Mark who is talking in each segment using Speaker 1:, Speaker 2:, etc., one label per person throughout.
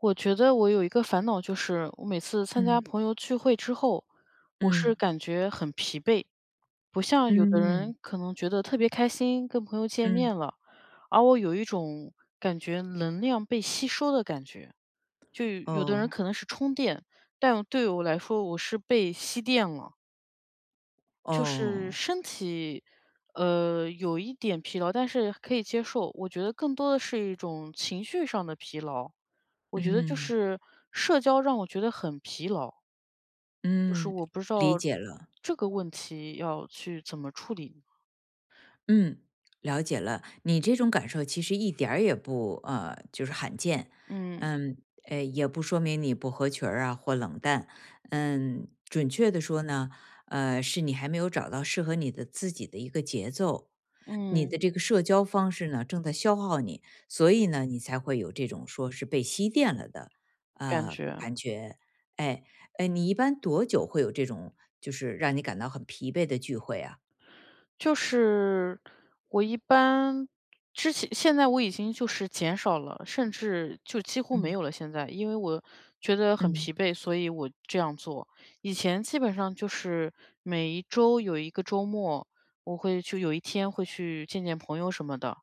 Speaker 1: 我觉得我有一个烦恼，就是我每次参加
Speaker 2: 嗯
Speaker 1: 朋友聚会之后，我是
Speaker 2: 嗯
Speaker 1: 感觉很疲惫，不像有的
Speaker 2: 嗯
Speaker 1: 人可能觉得特别开心，跟朋友见
Speaker 2: 嗯。
Speaker 1: 面了，而我有一种感觉能量被吸收的感觉。就有的人
Speaker 2: 哦，
Speaker 1: 可能是充电，但对我来说我是被吸电了。就是
Speaker 2: 哦。
Speaker 1: 身体，有一点疲劳，但是可以接受。我觉得更多的是一种情绪上的疲劳，我觉得就
Speaker 2: 嗯
Speaker 1: 是社交让我觉得很疲劳，就是
Speaker 2: 嗯，
Speaker 1: 我不知
Speaker 2: 理
Speaker 1: 道
Speaker 2: 解了，
Speaker 1: 这个问题要去怎么处理。
Speaker 2: 嗯，了解了。你这种感受其实一点儿也不就是罕见。
Speaker 1: 嗯
Speaker 2: 嗯，也不说明你不合群儿啊或冷淡。嗯，准确的说呢，是你还没有找到适合你的自己的一个节奏。你
Speaker 1: 嗯，
Speaker 2: 的这个社交方式呢，正在消耗你，所以呢，你才会有这种说是被吸电了的，
Speaker 1: 感觉。
Speaker 2: 感觉。哎，哎，你一般多久会有这种就是让你感到很疲惫的聚会啊？
Speaker 1: 就是我一般之前现在我已经就是减少了，甚至就几乎没
Speaker 2: 嗯
Speaker 1: 有了现在，因为我觉得很
Speaker 2: 嗯。
Speaker 1: 疲惫，所以我这样做。以前基本上就是每一周有一个周末，我会就有一天会去见见朋友什么的，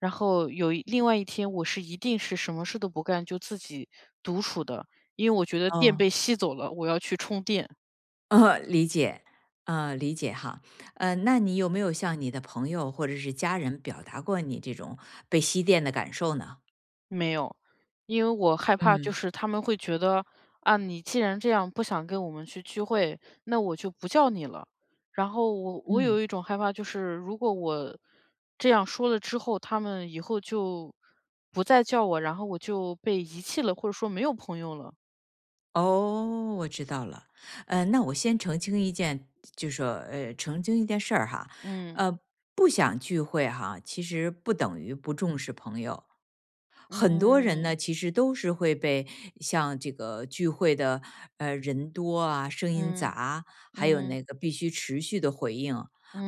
Speaker 1: 然后另外一天我是一定是什么事都不干，就自己独处的，因为我觉得电
Speaker 2: 哦，
Speaker 1: 被吸走了，我要去充电。
Speaker 2: 哦，理解，理解哈。那你有没有向你的朋友或者是家人表达过你这种被吸电的感受呢？
Speaker 1: 没有，因为我害怕就
Speaker 2: 嗯
Speaker 1: 是他们会觉得，啊，你既然这样不想跟我们去聚会，那我就不叫你了。然后我
Speaker 2: 嗯。
Speaker 1: 有一种害怕，就是如果我这样说了之后，他们以后就不再叫我，然后我就被遗弃了，或者说没有朋友了。
Speaker 2: 哦，我知道了。那我先澄清一件，就说澄清一件事儿哈。
Speaker 1: 嗯
Speaker 2: 呃，不想聚会哈，其实不等于不重视朋友。很多人
Speaker 1: 嗯
Speaker 2: 呢，其实都是会被像这个聚会的人多啊、声音
Speaker 1: 嗯
Speaker 2: 杂，还
Speaker 1: 嗯
Speaker 2: 有
Speaker 1: 嗯
Speaker 2: 那个必须持续的回应。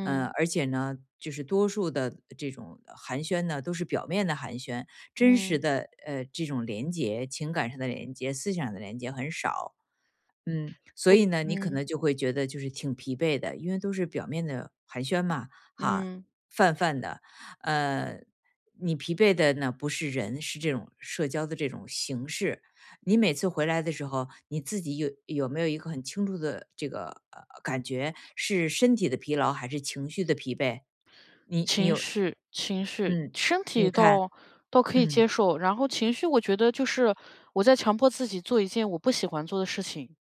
Speaker 2: 而且呢，就是多数的这种寒暄呢，都是表面的寒暄，真实
Speaker 1: 嗯
Speaker 2: 的这种连接、情感上的连接、思想上的连接很少。嗯，所
Speaker 1: 我
Speaker 2: 以呢，你可
Speaker 1: 嗯
Speaker 2: 能就会觉得就是挺疲惫的，因为都是表面的寒暄嘛，哈，
Speaker 1: 嗯。
Speaker 2: 泛泛的。呃，你疲惫的呢不是人，是这种社交的这种形式。你每次回来的时候，你自己有没有一个很清楚的这个感觉，是身体的疲劳还是情绪的疲惫？你
Speaker 1: 情
Speaker 2: 有。
Speaker 1: 绪情绪，
Speaker 2: 嗯，
Speaker 1: 身体
Speaker 2: 你
Speaker 1: 倒
Speaker 2: 看，
Speaker 1: 倒可以接
Speaker 2: 嗯
Speaker 1: 受，然后情绪我觉得就是我在强迫自己做一件我不喜欢做的事情，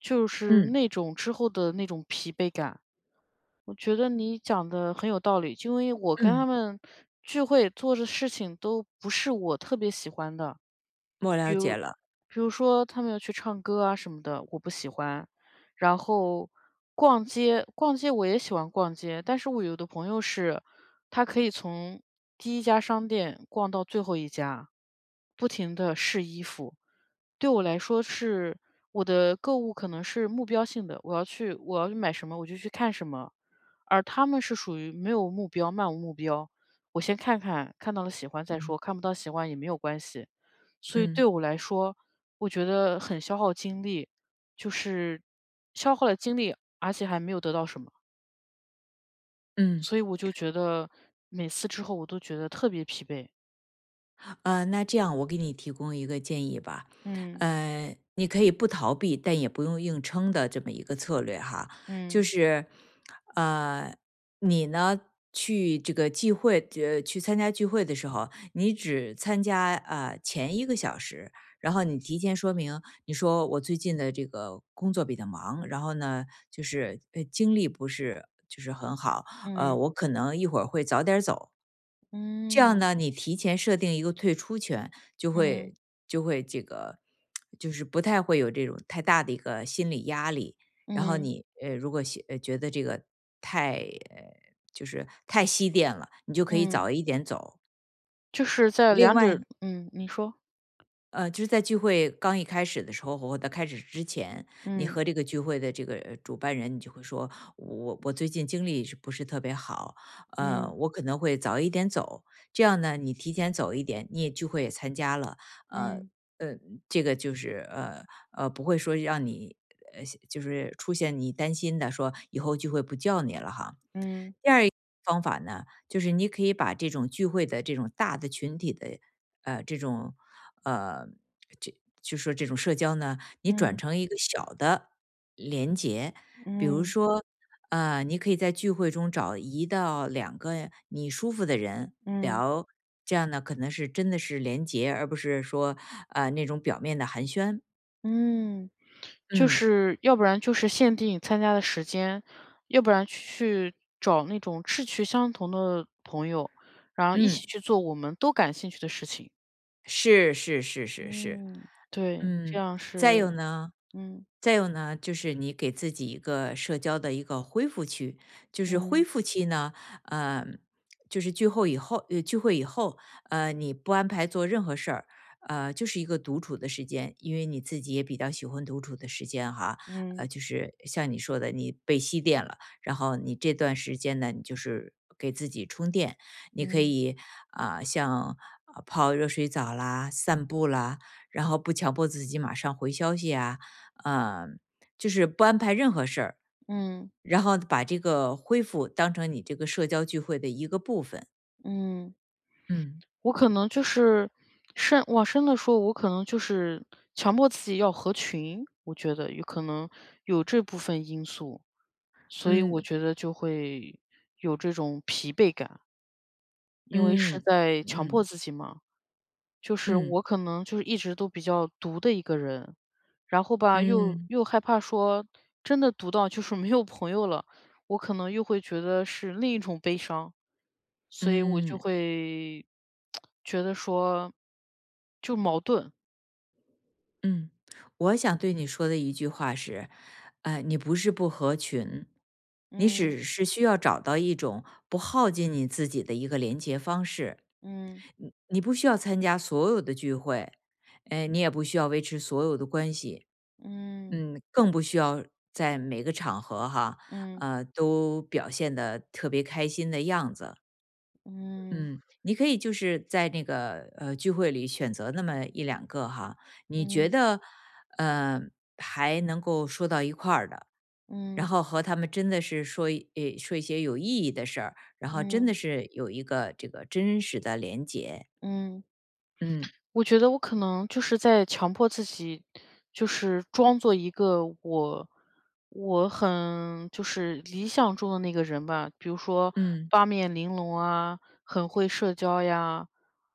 Speaker 1: 就是
Speaker 2: 嗯
Speaker 1: 那种之后的那种疲惫感。我觉得你讲的很有道理，因为我跟他
Speaker 2: 嗯，
Speaker 1: 们聚会做的事情都不是我特别喜欢的。
Speaker 2: 我了解了，
Speaker 1: 比如说他们要去唱歌啊什么的，我不喜欢。然后逛街我也喜欢逛街，但是我有的朋友是，他可以从第一家商店逛到最后一家，不停的试衣服。对我来说，我的购物可能是目标性的，我要去买什么我就去看什么，而他们是属于没有目标、漫无目标，我先看看，看到了喜欢再
Speaker 2: 嗯
Speaker 1: 说，看不到喜欢也没有关系。所以对
Speaker 2: 嗯
Speaker 1: 我来说，我觉得很消耗精力，就是消耗了精力，而且还没有得到什么，
Speaker 2: 嗯。
Speaker 1: 所以我就觉得每次之后我都觉得特别疲惫。
Speaker 2: 那这样我给你提供一个建议吧。
Speaker 1: 嗯
Speaker 2: 你可以不逃避，但也不用硬撑的这么一个策略哈。就
Speaker 1: 嗯
Speaker 2: 是，呃，你呢去这个聚会，去参加聚会的时候，你只参加前一个小时，然后你提前说明，你说我最近的这个工作比较忙，然后呢，就是精力不是就是很好。
Speaker 1: 嗯
Speaker 2: 我可能一会儿会早点走，这样
Speaker 1: 嗯
Speaker 2: 呢，你提前设定一个退出权，就
Speaker 1: 嗯
Speaker 2: 会就会这个，就是不太会有这种太大的一个心理压力。然后
Speaker 1: 嗯
Speaker 2: 你如果觉得这个太就是太西电了，你就可以
Speaker 1: 嗯，
Speaker 2: 早一点走。
Speaker 1: 就是在
Speaker 2: 另
Speaker 1: 两
Speaker 2: 外
Speaker 1: 者你说，
Speaker 2: 就是在聚会刚一开始的时候，或者开始之前，你
Speaker 1: 嗯
Speaker 2: 和这个聚会的这个主办人，你就会说，我最近精力是不是特别好？
Speaker 1: 嗯
Speaker 2: 我可能会早一点走，这样呢，你提前走一点，你也聚会也参加了。呃
Speaker 1: 嗯
Speaker 2: 呃，这个就是不会说让你呃，就是出现你担心的，说以后聚会不叫你了哈。
Speaker 1: 嗯
Speaker 2: 方法呢，就是你可以把这种聚会的这种大的群体的，这种呃，这就说这种社交呢，你转
Speaker 1: 嗯
Speaker 2: 成一个小的连结。比
Speaker 1: 嗯
Speaker 2: 如
Speaker 1: 嗯
Speaker 2: 说，你可以在聚会中找一到两个你舒服的人
Speaker 1: 嗯
Speaker 2: 聊，这样呢，可能是真的是连结，而不是说那种表面的寒暄。
Speaker 1: 嗯。就
Speaker 2: 嗯
Speaker 1: 是要不然就是限定参加的时间，要不然去找那种志趣相同的朋友，然后一起
Speaker 2: 嗯，
Speaker 1: 去做我们都感兴趣的事情。
Speaker 2: 是是是是是。
Speaker 1: 嗯。对，这
Speaker 2: 嗯，
Speaker 1: 样
Speaker 2: 再
Speaker 1: 是
Speaker 2: 有呢，
Speaker 1: 嗯，
Speaker 2: 再有呢，就是你给自己一个社交的一个恢复期。就是恢
Speaker 1: 嗯，
Speaker 2: 复期呢，呃，就是聚会以后，你不安排做任何事儿，就是一个独处的时间，因为你自己也比较喜欢独处的时间哈。
Speaker 1: 嗯，
Speaker 2: 就是像你说的，你被吸电了，然后你这段时间呢，你就是给自己充电，你可
Speaker 1: 嗯，
Speaker 2: 以啊、像啊泡热水澡啦、散步啦，然后不强迫自己马上回消息啊。呃，就是不安排任何事儿，
Speaker 1: 嗯，
Speaker 2: 然后把这个恢复当成你这个社交聚会的一个部分。
Speaker 1: 嗯，
Speaker 2: 嗯
Speaker 1: 我可能就是往深了说，我可能就是强迫自己要合群，我觉得有可能有这部分因素，所以
Speaker 2: 嗯
Speaker 1: 我觉得就会有这种疲惫感。因为是
Speaker 2: 嗯
Speaker 1: 在强迫
Speaker 2: 嗯
Speaker 1: 自己嘛，就是
Speaker 2: 嗯
Speaker 1: 我可能就是一直都比较独的一个人，然后吧，又
Speaker 2: 嗯
Speaker 1: 又害怕说真的独到就是没有朋友了，我可能又会觉得是另一种悲伤，所以我就
Speaker 2: 嗯
Speaker 1: 会觉得说就矛盾，
Speaker 2: 嗯，我想对你说的一句话是，你不是不合群，你
Speaker 1: 嗯
Speaker 2: 只是需要找到一种不耗尽你自己的一个连接方式。
Speaker 1: 嗯
Speaker 2: 你不需要参加所有的聚会，哎，你也不需要维持所有的关系。
Speaker 1: 嗯
Speaker 2: 嗯，更不需要在每个场合哈，
Speaker 1: 嗯
Speaker 2: 都表现的特别开心的样子。
Speaker 1: 嗯
Speaker 2: 嗯，你可以就是在那个聚会里选择那么一两个哈，你觉
Speaker 1: 嗯
Speaker 2: 得呃还能够说到一块儿的，
Speaker 1: 嗯
Speaker 2: 然
Speaker 1: 嗯
Speaker 2: 后和他们真的是说一些有意义的事儿，然后真
Speaker 1: 嗯
Speaker 2: 的是有一个这个真实的连接。
Speaker 1: 嗯。
Speaker 2: 嗯，
Speaker 1: 我觉得我可能就是在强迫自己，就是装作一个我很就是理想中的那个人吧，比如说
Speaker 2: 嗯
Speaker 1: 八面玲珑啊，很会社交呀。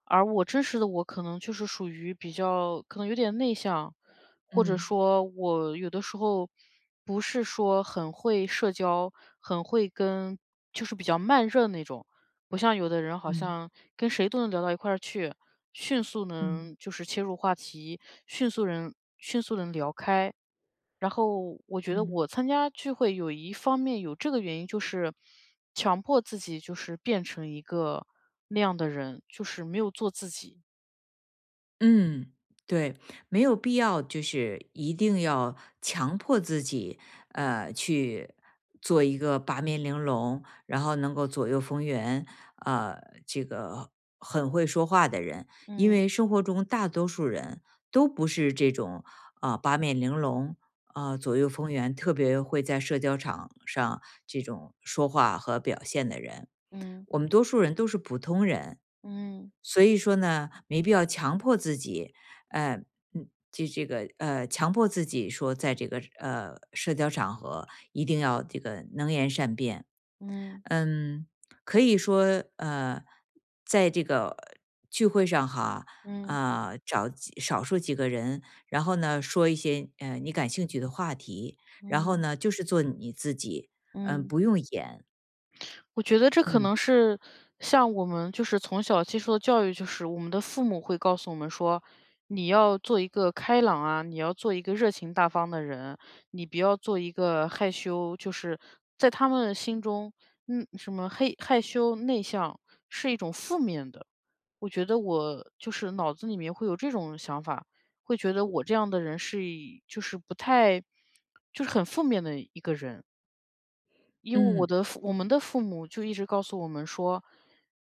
Speaker 1: 而我真实的我可能就是属于比较可能有点内向，或者
Speaker 2: 嗯
Speaker 1: 说我有的时候不是说很会社交，很会跟就是比较慢热那种。不像有的人好
Speaker 2: 嗯
Speaker 1: 像跟谁都能聊到一块儿去，迅速
Speaker 2: 嗯
Speaker 1: 能就是切入话题，迅速能聊开。然后我觉得
Speaker 2: 嗯
Speaker 1: 我参加聚会有一方面有这个原因，就是强迫自己就是变成一个那样的人，就是没有做自己。
Speaker 2: 嗯，对，没有必要就是一定要强迫自己，去做一个八面玲珑，然后能够左右逢源，呃，这个很会说话的人。因
Speaker 1: 嗯
Speaker 2: 为生活中大多数人都不是这种啊、八面玲珑。啊、左右逢源，特别会在社交场上这种说话和表现的人，
Speaker 1: 嗯
Speaker 2: 我们多数人都是普通人，
Speaker 1: 嗯
Speaker 2: 所以说呢，没必要强迫自己。呃，就这个强迫自己说，在这个社交场合一定要这个能言善辩。
Speaker 1: 嗯
Speaker 2: 嗯，可以说呃，在这个聚会上哈。
Speaker 1: 嗯
Speaker 2: 啊、找少数几个人，然后呢，说一些你感兴趣的话题，然
Speaker 1: 嗯
Speaker 2: 后呢，
Speaker 1: 嗯
Speaker 2: 就是做你自己。嗯，
Speaker 1: 嗯。
Speaker 2: 不用演，
Speaker 1: 我觉得这可
Speaker 2: 嗯
Speaker 1: 能是像我们就是从小接受的教育，就是我们的父母会告诉我们说，你要做一个开朗啊，你要做一个热情大方的人，你不要做一个害羞，就是在他们心中，什么害羞内向是一种负面的。我觉得我就是脑子里面会有这种想法，会觉得我这样的人是一就是不太，就是很负面的一个人。因为
Speaker 2: 嗯
Speaker 1: 我们的父母就一直告诉我们说，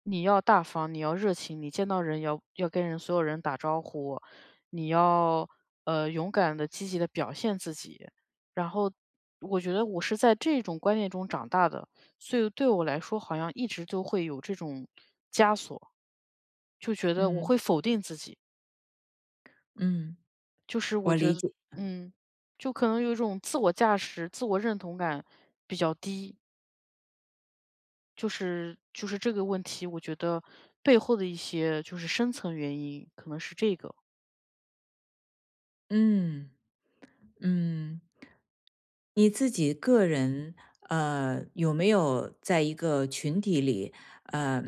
Speaker 1: 你要大方，你要热情，你见到人要跟人所有人打招呼，你要勇敢的、积极的表现自己。然后我觉得我是在这种观念中长大的，所以对我来说好像一直都会有这种枷锁，就觉得我
Speaker 2: 嗯
Speaker 1: 会否定自己，
Speaker 2: 嗯，
Speaker 1: 就是我
Speaker 2: 我
Speaker 1: 觉
Speaker 2: 理
Speaker 1: 得
Speaker 2: 解，
Speaker 1: 嗯，就可能有一种自我价值、自我认同感比较低。就是这个问题，我觉得背后的一些就是深层原因，可能是这个。
Speaker 2: 嗯嗯。你自己个人，有没有在一个群体里，呃，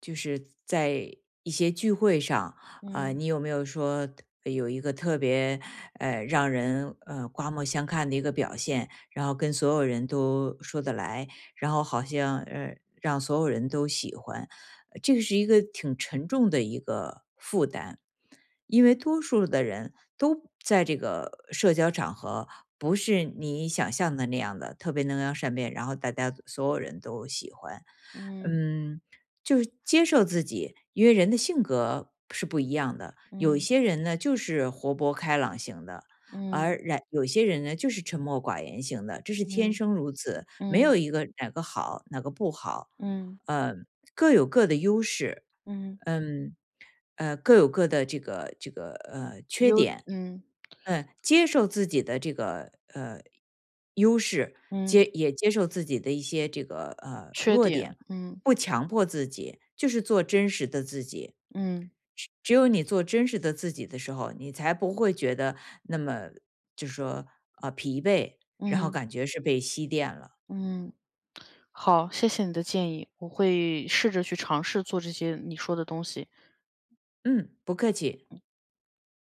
Speaker 2: 就是在一些聚会上，
Speaker 1: 嗯
Speaker 2: 你有没有说有一个特别让人刮目相看的一个表现，然后跟所有人都说得来，然后好像让所有人都喜欢，这个是一个挺沉重的一个负担，因为多数的人都在这个社交场合。不是你想象的那样的，特别能言善辩，然后大家所有人都喜欢。
Speaker 1: 嗯
Speaker 2: 嗯，就是接受自己，因为人的性格是不一样的。有一
Speaker 1: 嗯
Speaker 2: 些人呢，就是活泼开朗型的，而
Speaker 1: 嗯
Speaker 2: 然有些人呢，就是沉默寡言型的，这是天
Speaker 1: 嗯
Speaker 2: 生如此，没
Speaker 1: 嗯
Speaker 2: 有一个哪个好，哪个不好。
Speaker 1: 嗯
Speaker 2: 呃，各有各的优势。
Speaker 1: 嗯，
Speaker 2: 嗯，各有各的这个缺
Speaker 1: 优
Speaker 2: 点。
Speaker 1: 嗯
Speaker 2: 嗯，接受自己的这个优势，
Speaker 1: 嗯，
Speaker 2: 也接受自己的一些这个
Speaker 1: 缺
Speaker 2: 弱
Speaker 1: 点，
Speaker 2: 点，
Speaker 1: 嗯
Speaker 2: 不强迫自己，就是做真实的自己。
Speaker 1: 嗯
Speaker 2: 只有你做真实的自己的时候，你才不会觉得那么就说疲惫，然后
Speaker 1: 嗯
Speaker 2: 感觉是被吸电了。
Speaker 1: 嗯。好，谢谢你的建议，我会试着去尝试做这些你说的东西。
Speaker 2: 嗯，不客气。